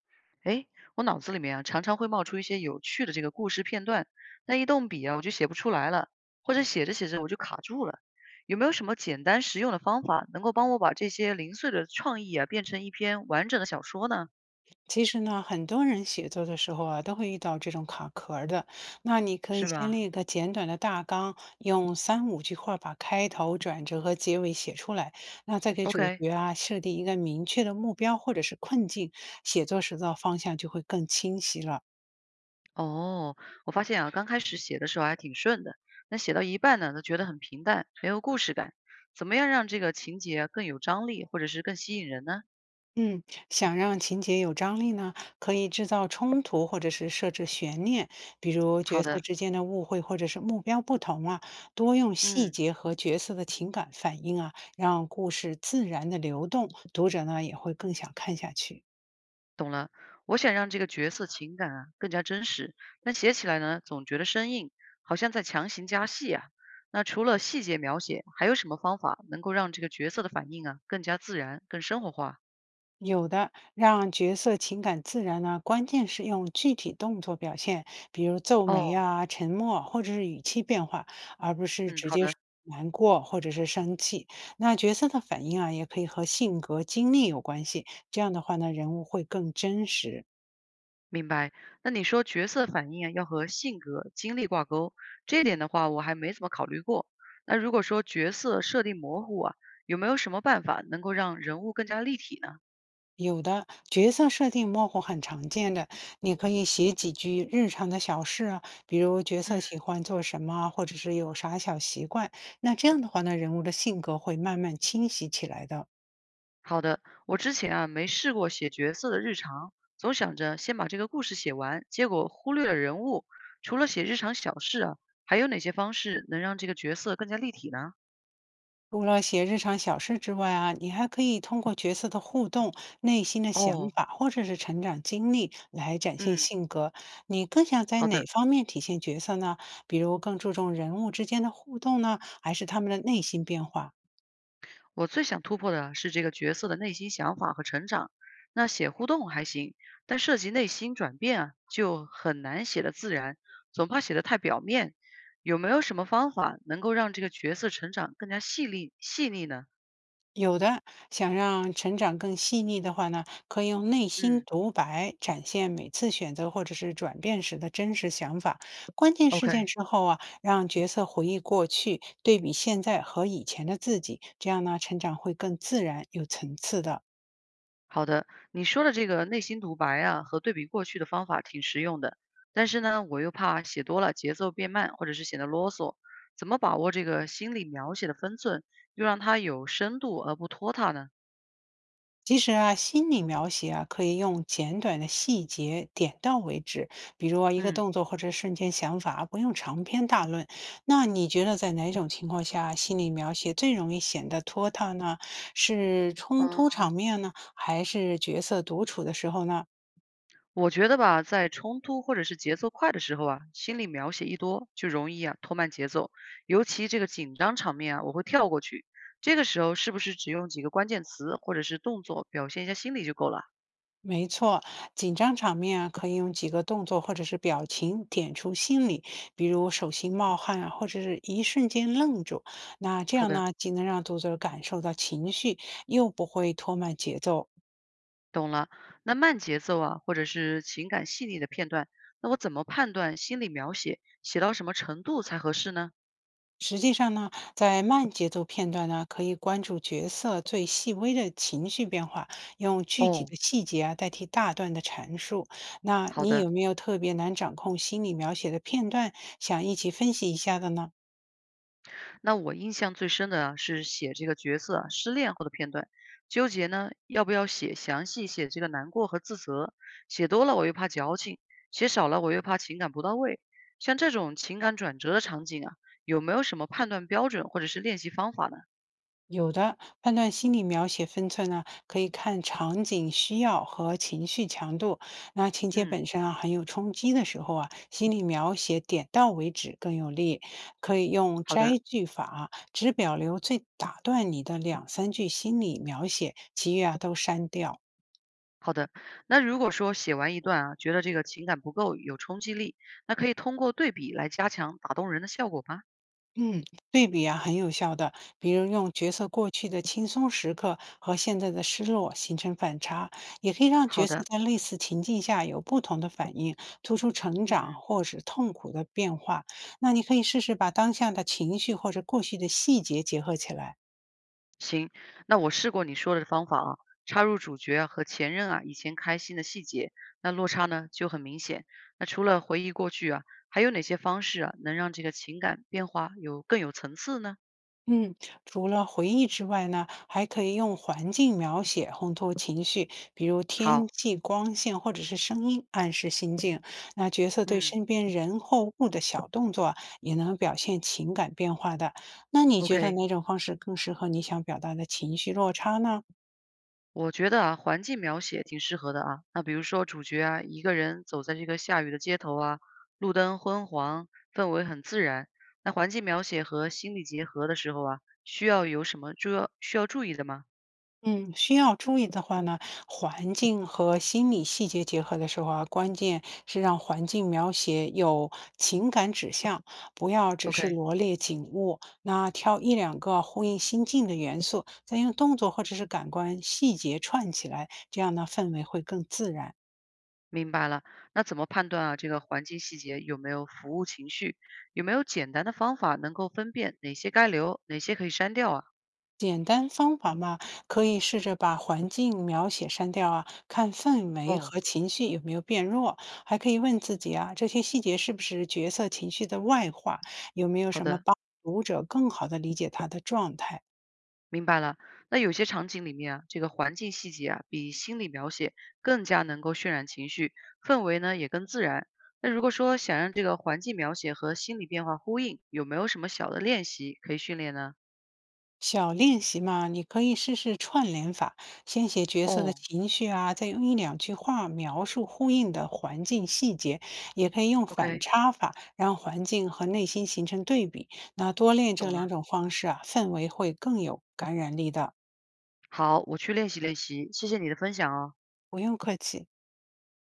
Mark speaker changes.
Speaker 1: 诶，我脑子里面啊，常常会冒出一些有趣的这个故事片段，那一动笔啊，我就写不出来了，或者写着写着我就卡住了。有没有什么简单实用的方法，能够帮我把这些零碎的创意啊，变成一篇完整的小说呢？
Speaker 2: 其实呢，很多人写作的时候啊，都会遇到这种卡壳儿的。那你可以
Speaker 1: 是
Speaker 2: 先
Speaker 1: 吧？
Speaker 2: 列一个简短的大纲，用三五句话把开头、转折和结尾写出来。那再给主
Speaker 1: OK。
Speaker 2: 角啊设定一个明确的目标或者是困境，写作时的方向就会更清晰了。
Speaker 1: 哦，我发现啊，刚开始写的时候还挺顺的，那写到一半呢，都觉得很平淡，没有故事感。怎么样让这个情节啊更有张力，或者是更吸引人呢？
Speaker 2: 嗯，想让情节有张力呢，可以制造冲突或者是设置悬念，比如角
Speaker 1: 好
Speaker 2: 色
Speaker 1: 的。
Speaker 2: 之间的误会或者是目标不同啊，多用细
Speaker 1: 嗯。
Speaker 2: 节和角色的情感反应啊，让故事自然的流动，读者呢也会更想看下去。
Speaker 1: 懂了，我想让这个角色情感啊更加真实，但写起来呢总觉得生硬，好像在强行加戏啊。那除了细节描写，还有什么方法能够让这个角色的反应啊更加自然、更生活化？
Speaker 2: 有的，让角色情感自然呢，关键是用具体动作表现，比如皱眉
Speaker 1: 哦，
Speaker 2: 啊、沉默或者是语气变化，而不是
Speaker 1: 嗯，
Speaker 2: 直
Speaker 1: 好
Speaker 2: 接说
Speaker 1: 的。
Speaker 2: 难过或者是生气。那角色的反应啊，也可以和性格、经历有关系，这样的话呢，人物会更真实。
Speaker 1: 明白。那你说角色反应啊要和性格、经历挂钩，这一点的话我还没怎么考虑过。那如果说角色设定模糊啊，有没有什么办法能够让人物更加立体呢？
Speaker 2: 有的角色设定模糊很常见的，你可以写几句日常的小事啊，比如角
Speaker 1: 嗯，
Speaker 2: 色喜欢做什么啊，或者是有啥小习惯。那这样的话呢，人物的性格会慢慢清晰起来的。
Speaker 1: 好的。我之前啊没试过写角色的日常，总想着先把这个故事写完，结果忽略了人物。除了写日常小事啊，还有哪些方式能让这个角色更加立体呢？
Speaker 2: 除了写日常小事之外啊，你还可以通过角色的互动、内心的想
Speaker 1: 哦，
Speaker 2: 法或者是成长经历来展现
Speaker 1: 嗯。
Speaker 2: 性格。你更想在
Speaker 1: 好
Speaker 2: 哪
Speaker 1: 的，
Speaker 2: 方面体现角色呢？比如更注重人物之间的互动呢，还是他们的内心变化？
Speaker 1: 我最想突破的是这个角色的内心想法和成长。那写互动还行，但涉及内心转变啊，就很难写得自然，总怕写得太表面。有没有什么方法能够让这个角色成长更加细腻呢？
Speaker 2: 有的想让成长更细腻的话呢，可以用内心
Speaker 1: 嗯
Speaker 2: 独白展现每次选择或者是转变时的真实想法。关键事件
Speaker 1: ，OK。
Speaker 2: 之后啊，让角色回忆过去，对比现在和以前的自己，这样呢，成长会更自然、有层次的。
Speaker 1: 好的，你说的这个内心独白啊和对比过去的方法挺实用的，但是呢，我又怕写多了节奏变慢，或者是显得啰嗦。怎么把握这个心理描写的分寸，又让它有深度而不拖沓呢？
Speaker 2: 其实啊，心理描写啊，可以用简短的细节点到为止，比如啊一个
Speaker 1: 嗯。
Speaker 2: 动作或者瞬间想法，不用长篇大论。那你觉得在哪种情况下心理描写最容易显得拖沓呢？是冲突
Speaker 1: 嗯，
Speaker 2: 场面呢，还是角色独处的时候呢？
Speaker 1: 我觉得吧，在冲突或者是节奏快的时候啊，心理描写一多，就容易啊拖慢节奏。尤其这个紧张场面啊，我会跳过去。这个时候是不是只用几个关键词或者是动作表现一下心理就够了？
Speaker 2: 没错，紧张场面啊，可以用几个动作或者是表情点出心理，比如手心冒汗啊，或者是一瞬间愣住。那这
Speaker 1: 好
Speaker 2: 样
Speaker 1: 的。
Speaker 2: 呢，既能让读者感受到情绪，又不会拖慢节奏。
Speaker 1: 懂了，那慢节奏啊，或者是情感细腻的片段，那我怎么判断心理描写写到什么程度才合适呢？
Speaker 2: 实际上呢，在慢节奏片段呢，可以关注角色最细微的情绪变化，用具体
Speaker 1: 哦，
Speaker 2: 的细节啊代替大段的阐述。那
Speaker 1: 好
Speaker 2: 你
Speaker 1: 的。
Speaker 2: 有没有特别难掌控心理描写的片段，想一起分析一下的呢？
Speaker 1: 那我印象最深的啊是写这个角色啊失恋后的片段，纠结呢要不要写详细写这个难过和自责，写多了我又怕矫情，写少了我又怕情感不到位。像这种情感转折的场景啊，有没有什么判断标准或者是练习方法呢？
Speaker 2: 有的判断心理描写分寸呢，可以看场景需要和情绪强度。那情节
Speaker 1: 嗯，
Speaker 2: 本身啊很有冲击的时候啊，心理描写点到为止更有力。可以用
Speaker 1: 好
Speaker 2: 摘
Speaker 1: 的。
Speaker 2: 句法，只保留最打断你的两三句心理描写，其余啊都删掉。
Speaker 1: 好的，那如果说写完一段啊，觉得这个情感不够有冲击力，那可以通过对比来加强打动人的效果吗？
Speaker 2: 嗯，对比啊，很有效的。比如用角色过去的轻松时刻和现在的失落形成反差，也可以让
Speaker 1: 好
Speaker 2: 角色
Speaker 1: 的。
Speaker 2: 在类似情境下有不同的反应，突出成长
Speaker 1: 嗯，
Speaker 2: 或是痛苦的变化。那你可以试试把当下的情绪或者过去的细节结合起来。
Speaker 1: 行，那我试过你说的方法啊，插入主角啊和前任啊以前开心的细节，那落差呢就很明显。那除了回忆过去啊，还有哪些方式啊能让这个情感变化有更有层次呢？
Speaker 2: 嗯，除了回忆之外呢，还可以用环境描写烘托情绪，比如天
Speaker 1: 好。
Speaker 2: 气、光线或者是声音暗示心境。那角色对
Speaker 1: 嗯
Speaker 2: 身边人或物的小动作啊也能表现情感变化的。那你觉得
Speaker 1: ，OK。
Speaker 2: 哪种方式更适合你想表达的情绪落差呢？
Speaker 1: 我觉得啊，环境描写挺适合的啊。那比如说主角啊，一个人走在这个下雨的街头啊，路灯昏黄，氛围很自然。那环境描写和心理结合的时候啊，需要有什么需要注意的吗
Speaker 2: 嗯，需要注意的话呢，环境和心理细节结合的时候啊，关键是让环境描写有情感指向，不要只是
Speaker 1: ？OK，
Speaker 2: 罗列景物。那挑一两个呼应心境的元素，再用动作或者是感官细节串起来，这样呢，氛围会更自然。
Speaker 1: 明白了。那怎么判断啊？这个环境细节有没有服务情绪？有没有简单的方法能够分辨哪些该留，哪些可以删掉啊？
Speaker 2: 简单方法嘛，可以试着把环境描写删掉啊，看氛围
Speaker 1: 哦，
Speaker 2: 和情绪有没有变弱，还可以问自己啊，这些细节是不是角色情绪的外化，有没有
Speaker 1: 好
Speaker 2: 什么
Speaker 1: 的。
Speaker 2: 帮读者更好的理解他的状态？
Speaker 1: 明白了，那有些场景里面啊，这个环境细节啊，比心理描写更加能够渲染情绪，氛围呢也更自然。那如果说想让这个环境描写和心理变化呼应，有没有什么小的练习可以训练呢？
Speaker 2: 小练习嘛，你可以试试串联法，先写角色的
Speaker 1: 哦
Speaker 2: 情绪啊，再用一两句话描述呼应的环境细节，也可以用反
Speaker 1: ，OK。
Speaker 2: 差法，让环境和内心形成对比。那多练这
Speaker 1: 懂
Speaker 2: 两
Speaker 1: 了。
Speaker 2: 种方式啊，氛围会更有感染力的。
Speaker 1: 好，我去练习练习，谢谢你的分享哦。
Speaker 2: 不用客气。